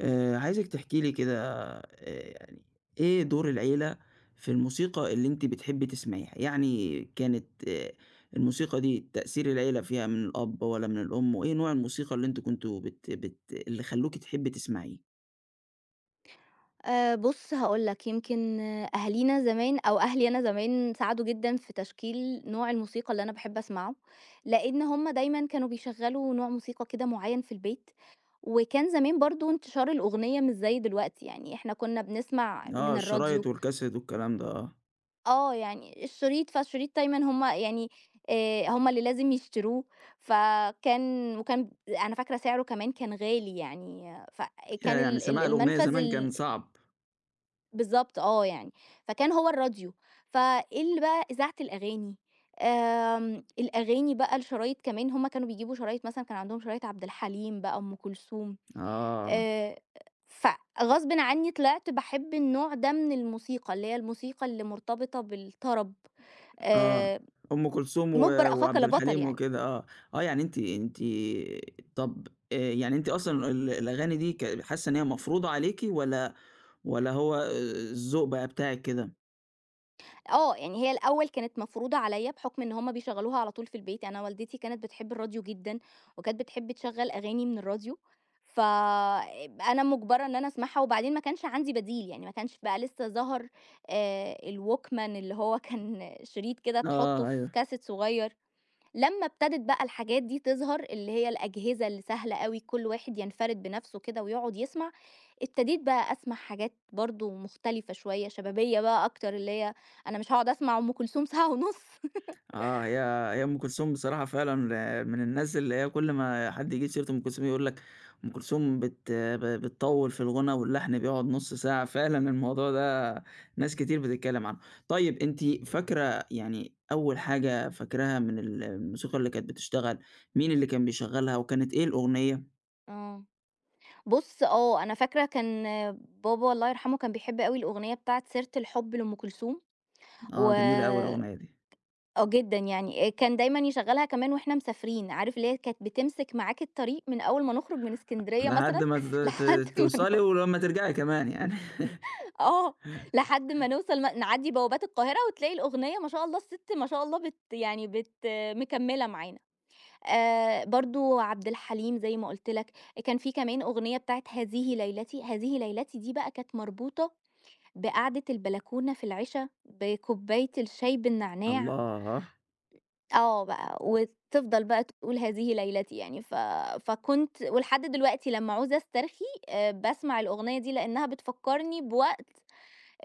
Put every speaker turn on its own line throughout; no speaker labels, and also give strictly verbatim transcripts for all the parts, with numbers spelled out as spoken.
آآ عايزِك تحكي لي كده، آآ يعني إيه دور العيلة في الموسيقى اللي أنتِ بتحبي تسمعيها؟ يعني كانت آآ الموسيقى دي تأثير العيلة فيها من الأب والّا من الأم، وإيه نوع الموسيقى اللي أنتم كنتم بت بت اللي خلّوكِ تحبّي تسمعيه؟
آآ بُص هاقول لك، يمكن أهالينا زمان أو أهلي أنا زمان ساعدوا جدًا في تشكيل نوع الموسيقى اللي أنا باحب أسمعه، لإن هم دايمًا كانوا بيشغّلوا نوع موسيقى كده معيّن في البيت، وكان زمان برضه انتشار الأغنية مش زي دلوقتي، يعني إحنا كنا بنسمع
آه،
من
الشرايط
الراديو
والكاسيت والكلام ده آه.
آه، يعني الشريط، فالشريط دايمًا هم يعني آآ هم اللي لازم يشتروه، فكان وكان أنا فاكرة سعره كمان كان غالي يعني، آه، فكان
ياه! يعني
ال ال
سماع الأغنية
المنفذ
زمان كان
ال
صعب.
بالضبط آه يعني، فكان هو الراديو، فإيه اللي بقى إذاعة الأغاني، آمم الأغاني بقى الشرايط كمان هُم كانوا بيجيبوا شرايط مثلًا كان عندهم شرايط عبد الحليم بقى، أم كلثوم،
آه.
آآ فغصبٍ عني طلعت باحب النوع ده من الموسيقى، اللي هي الموسيقى اللي مرتبطة بالطرب،
آه،
آآ
أم كلثوم و
مُجبر أخاك
وعبد
لبطل
الحليم
يعني.
وكده آه، آه يعني أنتِ أنتِ طب آآ يعني أنتِ أصلًا ال الأغاني دي ك حاسة إن هي مفروضة عليكِ والّا والّا هو آه، الذوق بقى بتاعِك كده؟
آه، يعني هي الأول كانت مفروضة عليّا بحُكم إن هُم بيشغّلوها على طول في البيت، أنا والدتي كانت بتحب الراديو جدًا، وكانت بتحب تشغّل أغاني من الراديو، ف أنا مُجبرة إن أنا أسمعها، وبعدين ما كانش عندي بديل، يعني ما كانش بقى لسه ظَهَر آآ الWalkman اللي هو كان شريط كده بتحُطّه
آه،
في
أيوه.
كاسيت صغيّر. لمّا ابتدت بقى الحاجات دي تظهر، اللي هي الأجهزة اللي سهلة أوي كل واحد ينفرد بنفسه كده ويقعد يسمع، ابتديت بقى أسمع حاجات برضه مختلفة شوية، شبابية بقى أكتر، اللي هي أنا مش هاقعد أسمع أم كلثوم ساعة ونُص.
آه، هي هي أم كلثوم بصراحة فعلًا من الناس اللي هي كل ما حد يجيب سيرة أم كلثوم يقول لك أم كلثوم بت ب بتطوّل في الغُنى واللحن بيقعد نُص ساعة، فعلًا الموضوع ده ناس كتير بتتكلم عنه. طيب أنتِ فاكرة يعني أول حاجة فاكراها من ال الموسيقى اللي كانت بتشتغل، مين اللي كان بيشغّلها وكانت إيه الأغنية؟
آه. بُص آه، أنا فاكرة كان بابا الله يرحمه كان بيحب أوي الأغنية بتاعة سيرة الحب لأم كلثوم و
آه، جميلة أوي الأغنية دي.
آه جدًا يعني، آه، كان دايمًا يشغّلها كمان وإحنا مسافرين، عارف اللي هي كانت بتمسك معاك الطريق من أول ما نخرج من إسكندرية
لحد
مثلًا
ما ت ت
لحد ما ن
توصلي ولمّا ترجعي كمان يعني.
آه، لحد ما نوصل م نعدّي بوابات القاهرة وتلاقي الأغنية ما شاء الله السِت ما شاء الله بت يعني بت مكمّلة معانا. آآ برضه عبد الحليم زي ما قُلت لك، كان في كمان أغنية بتاعة هذه ليلتي، هذه ليلتي دي بقى كانت مربوطة بقعدة البلكونة في العِشا، بكوباية الشاي بالنعناع
الله!
آه بقى، وتفضل بقى تقول هذه ليلتي يعني ف فكنت ولحد دلوقتي لمّا عاوزة أسترخي آآ باسمع الأغنية دي لإنّها بتفكّرني بوقت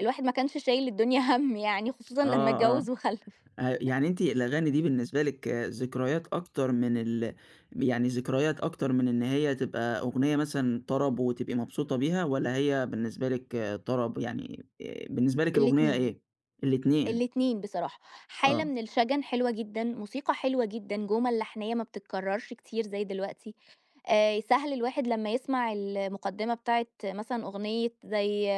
الواحد ما كانش شايل الدنيا هَم يعني خصوصًا لمّا
آه، آه.
اتجوّز وخلّف.
آآ، يعني أنتِ الأغاني دي بالنسبة لِك آه، ذكريات أكتر من ال يعني ذكريات أكتر من إن هي تبقى أغنية مثلًا طرب وتبقي مبسوطة بيها، والّا هي بالنسبة لِك آه، طرب يعني آآ، بالنسبة لِك الأغنية
الاتنين،
إيه؟ الاتنين،
الاتنين بصراحة. حالة
آه،
من الشَجَن حلوة جدًا، موسيقى حلوة جدًا، جُمل لحنيّة ما بتتكرّرش كتير زي دلوقتي. آآ سهل الواحد لمّا يسمع المقدِّمة بتاعة مثلًا أغنية زي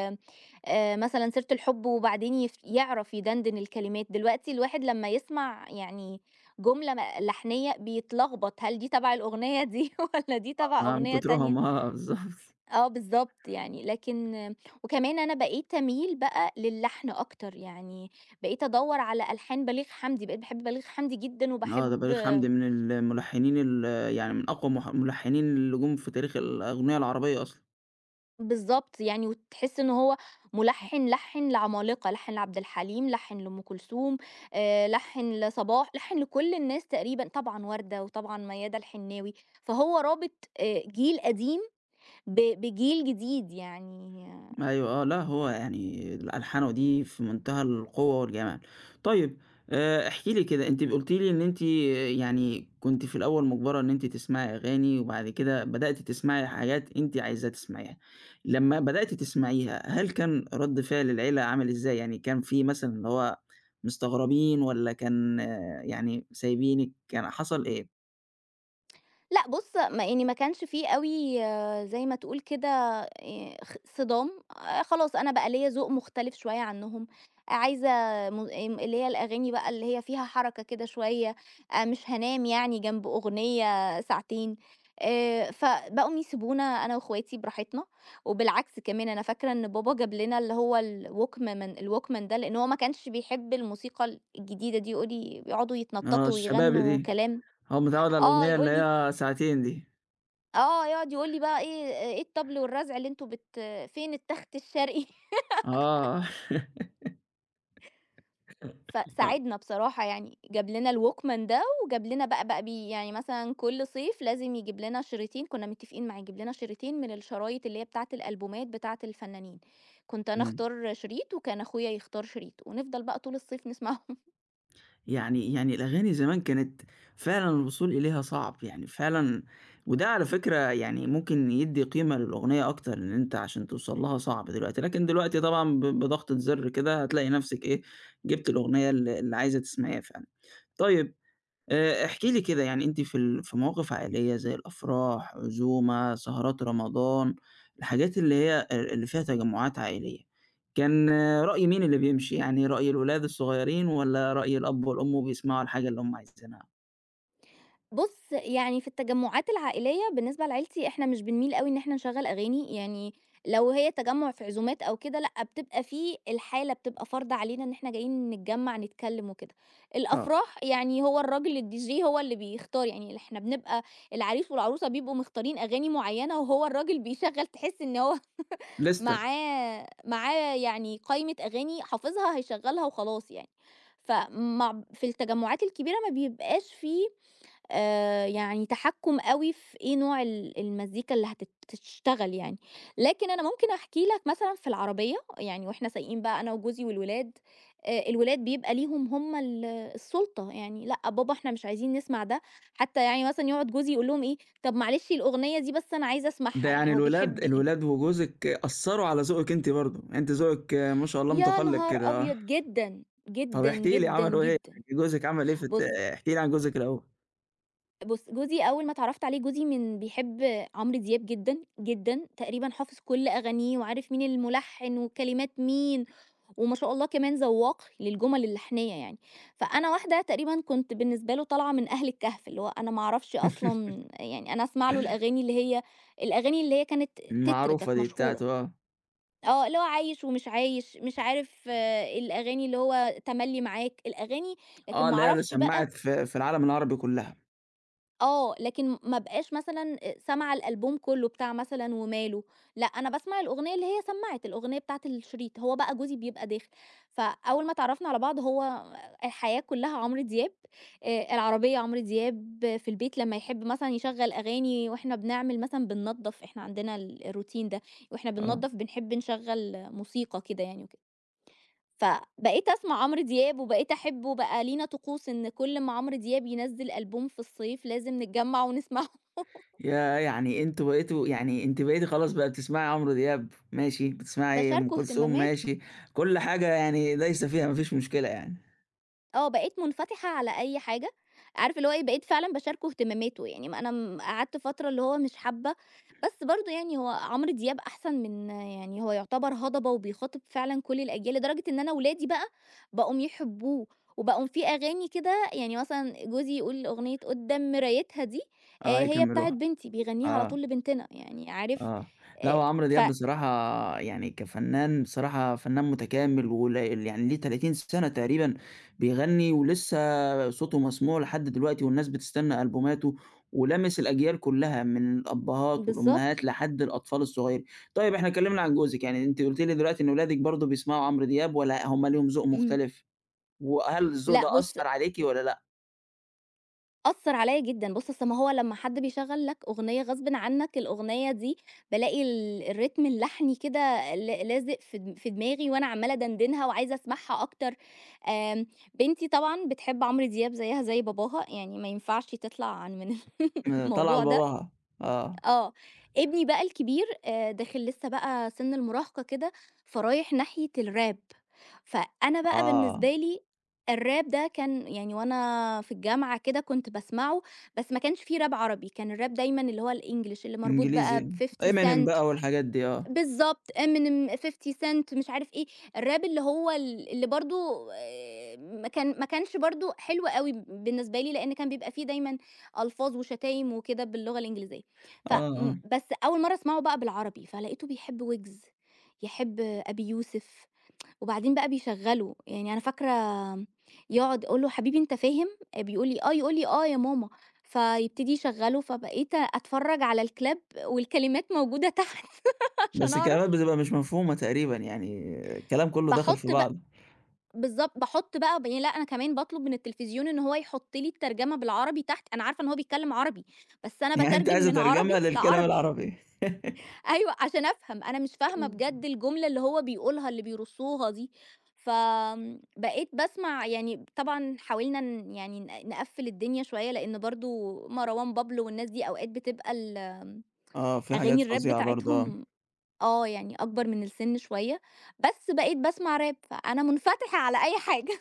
آآ مثلًا سيرة الحُب وبعدين يف يعرف يدندن الكلمات. دلوقتي الواحد لمّا يسمع يعني جملة م لحنيّة بيتلخبط، هل دي تَبَع الأغنية دي والّا دي
آه،
تَبَع
من
أغنية تانية؟
كترهم آه، بالضبط.
آه بالضبط، يعني لكن وكمان أنا بقيت أميل بقى للحن أكتر، يعني بقيت أدوّر على ألحان بليغ حمدي، بقيت باحب بليغ حمدي جدًا
آه، ده
وباحب
بليغ حمدي من الملحنين ال يعني من أقوى مح ملحنين اللي جُم في تاريخ الأغنية العربية أصلًا.
بالضبط، يعني وتحس إن هو ملحّن لحّن لعمالقة، لحّن لعبد الحليم، لحّن لأم كلثوم، آآ لحّن لصباح، لحّن لكل الناس تقريبًا، طبعًا وردة وطبعًا ميادة الحناوي، فهو رابط آآ جيل قديم ب بجيل جديد يعني.
أيوه آه، لأ هو يعني الألحانه دي في منتهى القوة والجمال. طيب آآ احكِ لي كده أنتِ قُلتِ لي إن أنتِ يعني كنتِ في الأول مُجبرة إن أنتِ تسمعي أغاني، وبعد كده بدأتِ تسمعي حاجات أنتِ عايزة تسمعيها. لمّا بدأتِ تسمعيها، هل كان رد فعل العيلة عامل إزاي؟ يعني كان في مثلًا اللي هو مستغربين والّا كان آه، يعني سايبينِك، كان حصل إيه؟
لأ بُص، ما يعني ما كانش في أوي زي ما تقول كده آآ خ صِدام، آآ خلاص أنا بقى ليّا ذوق مختلف شوية عنّهم، آه، عايزة م آمم اللي هي الأغاني بقى اللي هي فيها حركة كده شوية، آآ مش هانام يعني جنب أغنية ساعتين، آآ فبقوا يسيبونا أنا وأخواتي براحتنا، وبالعكس كمان أنا فاكرة إن بابا جاب لنا اللي هو الوكمان الوكمان ده لإن هو ما كانش بيحب الموسيقى الجديدة دي، يقول لي بيقعدوا
آه
يتنططوا
الشباب
ويغنوا
دي،
كلام
هو متعود على
آه،
الأغنية اللي
يقول لي
هي ساعتين دي.
آه، يقعد يقول لي بقى إيه إيه الطبل والرزع اللي أنتم بت فين التخت الشرقي؟
آه، آه،
فساعدنا بصراحة يعني، جاب لنا الووكمان ده وجاب لنا بقى بقى بي يعني مثلًا كل صيف لازم يجيب لنا شريطين، كنا متفقين معاه يجيب لنا شريطين من الشرايط اللي هي بتاعة الألبومات بتاعة الفنانين، كنت أنا
إمم.
أختار شريط وكان أخويا يختار شريط، ونفضل بقى طول الصيف نسمعهم.
يعني يعني الأغاني زمان كانت فعلًا الوصول إليها صعب، يعني فعلًا وده على فكرة يعني ممكن يدّي قيمة للأغنية أكتر، إن أنت عشان توصل لها صعب دلوقتي، لكن دلوقتي طبعًا ب بضغطة زر كده هتلاقي نفْسِك إيه، جِبت الأغنية ال اللي عايزة تسمعيها فعلًا. طيب آآ احكِ لي كده يعني أنتِ في ال في مواقف عائلية زي الأفراح، عزومة، سهرات رمضان، الحاجات اللي هي آآ اللي فيها تجمعات عائلية، كان آه، رأي مين اللي بيمشي؟ يعني رأي الولاد الصغيرين والّا رأي الأب والأم وبيسمعوا الحاجة اللي هم عايزينها؟
بُص، يعني في التجمُّعات العائلية بالنسبة لعيلتي إحنا مش بنميل أوي إن إحنا نشغّل أغاني، يعني لو هي تجمُّع في عزومات أو كده لأ، بتبقى في الحالة بتبقى فارضة علينا إن إحنا جايين نتجمّع نتكلّم وكده.
آه،
الأفراح يعني هو الراجل الDJ هو اللي بيختار، يعني إحنا بنبقى العريس والعروسة بيبقوا مختارين أغاني معيّنة وهو الراجل بيشغّل تحس إن هو
لِستة،
معاه معاه يعني قايمة أغاني حافظها هيشغّلها وخلاص يعني. فمع في التجمُّعات الكبيرة ما بيبقاش في آآ يعني تحكُّم أوي في إيه نوع ال المزيكا اللي هتت تشتغل يعني، لكن أنا ممكن أحكي لك مثلًا في العربية، يعني وإحنا سايقين بقى أنا وجوزي والولاد، آآ الولاد بيبقى ليهم هم ال السُلطة، يعني لأ بابا إحنا مش عايزين نسمع ده، حتى يعني مثلًا يقعد جوزي يقول لهم إيه، طَب معلش الأغنية دي بس أنا عايز أسمعها،
ده
يعني
يعني
هو
الولاد
بيحب يب
الولاد وجوزِك أثّروا على ذوقِك أنتِ برضه، أنتِ ذوقِك آه، ما شاء الله
يا
متقلب
نهار
كده آه،
أبيض! جدًا،
طَب
جدًا،
احكي لي
جدًا،
عملوا إيه؟
جدًا.
جوزِك عمل إيه في الت
بُص
احكِ لي عن جوزِك الأول.
بُص، جوزي أول ما اتعرّفت عليه جوزي من بيحب عمرو دياب جدًا، جدًا، تقريبًا حافظ كل أغانيه وعارف مين الملحّن وكلمات مين، وما شاء الله كمان ذواق للجُمل اللحنية يعني، فأنا واحدة تقريبًا كنت بالنسبة له طالعة من أهل الكهف، اللي هو أنا ما أعرفش أصلًا يعني أنا أسمع له الأغاني اللي هي الأغاني اللي هي كانت تتر
المعروفة
كانت
دي
مشهورة،
بتاعته آه.
آه، اللي هو عايش ومش عايش، مش عارف آه، الأغاني اللي هو تملّي معاك، الأغاني لكن
آه،
ما
اللي هي
أعرفش بقى
سمّعت في في العالم العربي كُلّها،
آه، لكن ما أبقاش مثلًا آآ سامعة الألبوم كُلّه بتاع مثلًا وماله، لأ أنا باسمع الأغنية اللي هي سمّعت، الأغنية بتاعة الشريط، هو بقى جوزي بيبقى داخل، فأول ما اتعرّفنا على بعض هو الحياة كلّها عمرو دياب، آآ العربية عمرو دياب، في البيت لمّا يحب مثلًا يشغّل أغاني وإحنا بنعمل مثلًا بننضّف، إحنا عندنا ال الroutine ده، وإحنا
آه،
بننضّف بنحب نشغّل موسيقى كده يعني وكده. فبقيت أسمع عمرو دياب وبقيت أحبه، بقى لينا طقوس إن كل ما عمرو دياب ينزّل ألبوم في الصيف لازم نتجمّع ونسمعه،
ياه! يعني أنتم بقيتوا يعني أنتِ بقيتِ خلاص بقى بتسمعي عمرو دياب ماشي، بتسمعي أم
باشاركه
كلثوم
اهتماماته.
ماشي، كل حاجة يعني دايسة فيها ما فيش مشكلة يعني،
آه، بقيت منفتحة على أي حاجة، عارف اللي هو إيه، بقيت فعلًا باشاركه اهتماماته، يعني ما أنا م قعدت فترة اللي هو مش حابة، بس برضه يعني هو عمرو دياب أحسن من يعني هو يعتبر هضبة وبيخاطب فعلًا كل الأجيال، لدرجة إن أنا ولادي بقى بقوا يحبوه، وبقوا في أغاني كده يعني مثلًا جوزي يقول أغنية قدّام مرايتها دي
آه،
آآ، هي بتاعة
يكمّلوها،
بنتي، بيغنيها على
آه.
طول لبنتنا، يعني عارف
آه، لأ
آآ،
هو عمرو
ف
دياب بصراحة يعني كفنان بصراحة فنان متكامل ولا يعني ليه 30 سنة تقريبًا بيغني ولسه صوته مسموع لحد دلوقتي والناس بتستنى ألبوماته، ولامس الأجيال كلّها من الأبهات
بالضبط،
والأمهات لحد الأطفال الصغيّرين. طيب إحنا اتكلمنا عن جوزِك، يعني أنتِ قلتِ لي دلوقتي إن ولادِك برضه بيسمعوا عمرو دياب والّا هم ليهم ذوق
إمم،
مختلف؟ وهل الذوق
لأ
ده
بُص
أثّر عليكِ والّا لأ؟
أثّر عليّا جدًا، بُص أصل ما هو لمّا حد بيشغّل لك أغنية غصبٍ عنّك، الأغنية دي بالاقي ال الريتم اللحني كده ل لازق في د في دماغي وأنا عمّالة أدندنها وعايزة أسمعها أكتر. آمم، بنتي طبعًا بتحب عمرو دياب زيّها زي باباها، يعني ما ينفعش تطلع عن من
م طالعة
الموضوع ده،
لباباها، آه،
آه، ابني بقى الكبير آآ داخل لسه بقى سِن المراهقة كده، فرايح ناحية الراب، فأنا بقى
آه،
بالنسبة لي الراب ده كان يعني وأنا في الجامعة كده كنت باسمعه، بس ما كانش في راب عربي، كان الراب دايمًا اللي هو الEnglish اللي مربوط
إنجليزي
بقى ب50
Eminem
Cent
بقى والحاجات دي آه،
بالضبط، Eminem، fifty Cent، مش عارف إيه، الراب اللي هو ال اللي برضه آآ ما كان ما كانش برضه حلو أوي بالنسبة لي، لإن كان بيبقى فيه دايمًا ألفاظ وشتايم وكده باللغة الإنجليزية، ف
آه،
م
آه.
بس أول مرّة أسمعه بقى بالعربي، فلقيته بيحب ويجز، يحب أبي يوسف. وبعدين بقى بيشغّله، يعني أنا فاكرة يقعد أقول له: "حبيبي أنت فاهم؟" بيقول لي: "آه." يقول لي: "آه يا ماما." فيبتدي يشغّله، فبقيت أتفرّج على الكلاب والكلمات موجودة تحت عشان
بس
أعرف
الكلمات بتبقى مش مفهومة تقريبًا، يعني الكلام كلّه داخل في
باحُط بق
بعضه،
بالضبط، باحُط بقى ب لأ أنا كمان باطلب من التلفزيون إن هو يحُط لي الترجمة بالعربي تحت، أنا عارفة إن هو بيتكلّم عربي، بس أنا
يعني أنت
باترجم
عايز
من عربي
أترجمها للكلام
لعربي.
العربي.
أيوه، عشان أفهم، أنا مش فاهمة بجد الجملة اللي هو بيقولها، اللي بيرصُّوها دي، ف آمم، بقيت باسمع يعني طبعًا حاولنا ن يعني ن نقفّل الدنيا شوية، لإن برضه مروان بابلو والناس دي أوقات بتبقى ال آمم،
آه، في حاجات
أغاني الrap
فظيعة برضه آه،
بتاعتهم آه، يعني أكبر من السِن شوية، بس بقيت باسمع rap، فأنا منفتحة على أي حاجة.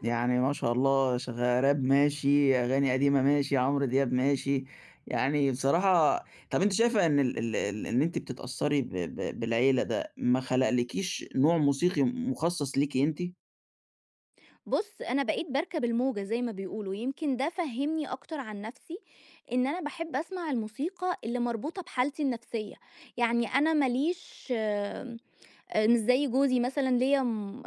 يعني ما شاء الله شغ راب ماشي، أغاني قديمة ماشي، عمرو دياب ماشي، يعني بصراحة طَب أنتِ شايفة إن ال ال ال إن أنتِ بتتأثّري ب ب بالعيلة ده ما خلقلكيش نوع موسيقي مخصّص ليكِ أنتِ؟
بُص، أنا بقيت باركب الموجة زي ما بيقولوا، يمكن ده فهّمني أكتر عن نفسي، إن أنا باحب أسمع الموسيقى اللي مربوطة بحالتي النفسية، يعني أنا ما ليش آمم، آآ مش زي جوزي مثلًا ليّا م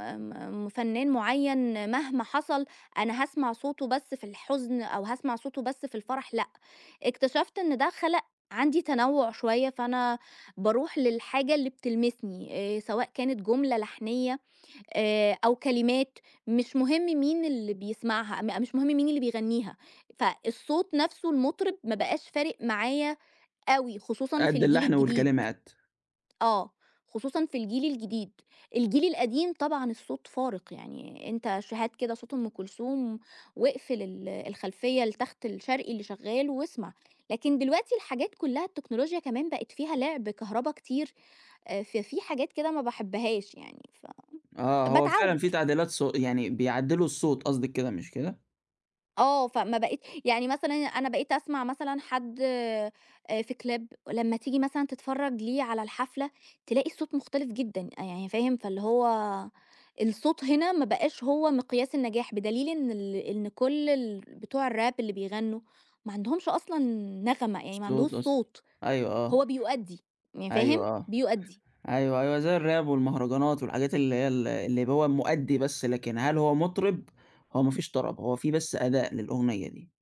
م فنان معيّن مهما حصل أنا هاسمع صوته بس في الحزن أو هاسمع صوته بس في الفرح، لأ، اكتشفت إن ده خلق عندي تنوُع شوية، فأنا باروح للحاجة اللي بتلمسني، آآ سواء كانت جملة لحنية آآ أو كلمات مش مهم مين اللي بيسمعها، م مش مهم مين اللي بيغنيها، فالصوت نفسه المطرب ما بقاش فارق معايا أوي، خصوصًا في
قد
الجيل
اللحن
الجديد،
والكلمات.
آه، خصوصًا في الجيل الجديد. الجيل القديم طبعًا الصوت فارق، يعني أنت ش هات كده صوت أم كلثوم واقفل ال الخلفية التخت الشرقي اللي شغال واسمع، لكن دلوقتي الحاجات كلها التكنولوجيا كمان بقت فيها لعب كهربا كتير، آآ ففي حاجات كده ما باحبهاش يعني،
آه، هو فعلًا
فباتعود.
في تعديلات صو يعني بيعدّلوا الصوت قصدِك كده مش كده؟
آه، فما بقيت يعني مثلًا أنا بقيت أسمع مثلًا حد آآ في كلاب، لمّا تيجي مثلًا تتفرّج ليه على الحفلة، تلاقي الصوت مختلف جدًا، آه، يعني فاهم؟ فاللي هو الصوت هنا ما بقاش هو مقياس النجاح، بدليل إن ال إن كل ال بتوع الراب اللي بيغنّوا ما عندهمش أصلًا نغمة، يعني ما عندهوش
الصوت أصلًا،
صوت،
أيوه آه.
هو بيؤدّي، يعني فاهم؟
أيوه آه.
بيؤدّي،
أيوه، أيوه، زي الراب والمهرجانات والحاجات اللي هي ال اللي هو مؤدّي بس، لكن هل هو مطرب؟ هو ما فيش طرب، هو في بس أداء للأغنية دي.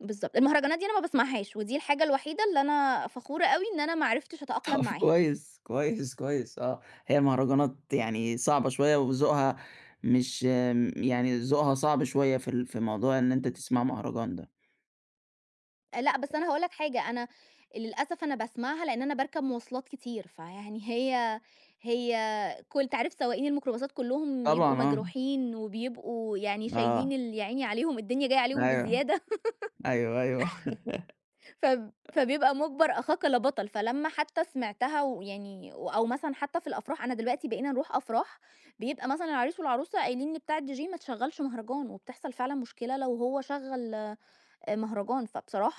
بالضبط. المهرجانات دي أنا ما باسمعهاش، ودي الحاجة الوحيدة اللي أنا فخورة أوي إن أنا ما عرفتش أتأقلم
طب
معاها.
كويس، كويس، كويس آه. هي المهرجانات يعني صعبة شوية وذوقها مش م يعني ذوقها صعب شوية في ال في موضوع إن أنت تسمع مهرجان ده.
لأ، بس أنا هاقول لك حاجة، أنا للأسف أنا باسمعها لإن أنا باركب مواصلات كتير، فيعني هي هي كل أنت عارف سواقين الميكروباصات كلّهم بيبقوا
طبعًا آه.
مجروحين وبيبقوا يعني شايلين
آه.
ال يا عيني عليهم، الدنيا جاية عليهم
أيوه،
بزيادة
أيوه، أيوه.
فب فبيبقى مُجبَر أخاك لا بطل، فلمّا حتى سمعتها ويعني و أو مثلًا حتى في الأفراح، أنا دلوقتي بقينا نروح أفراح بيبقى مثلًا العريس والعروسة قايلين لبتاع الDJ ما تشغّلش مهرجان، وبتحصل فعلًا مشكلة لو هو شغّل آه، مهرجان،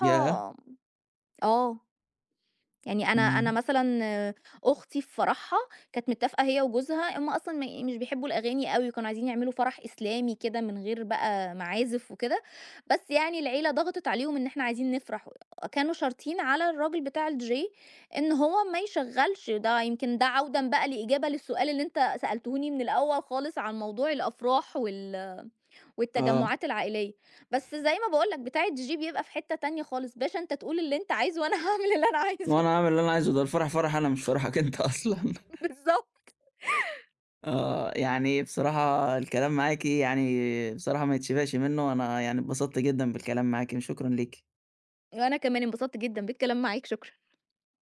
ياه!
آه. يعني أنا أنا
إمم.
مثلًا أختي في فرحها كانت متّفقة هي وجوزها هم أصلًا ما مش بيحبّوا الأغاني أوي، وكانوا عايزين يعملوا فرح إسلامي كده من غير بقى معازف وكده، بس يعني العيلة ضغطت عليهم إن إحنا عايزين نفرح، كانوا شارطين على الراجل بتاع الDJ إن هو ما يشغّلش، ده يمكن ده عودًا بقى لإجابة للسؤال اللي أنت سألتهوني من الأول خالص عن موضوع الأفراح وال
آه.
والتجمُّعات العائلية، بس زي ما باقول لك بتاع الDJ بيبقى في حتّة تانية خالص، باشا أنت تقول اللي أنت عايزه وأنا هاعمل اللي أنا
وأنا
عايزه.
عامل اللي أنا عايزه، ده الفرح فرحي أنا مش فرحك أنت أصلًا.
بالضبط.
آه، يعني بصراحة الكلام معاكِ يعني بصراحة ما يتشبعش منه، أنا يعني اتبسطت جدًا بالكلام معاكِ، شكرًا ليكِ.
وأنا كمان انبسطت جدًا بالكلام معاك، شكرًا.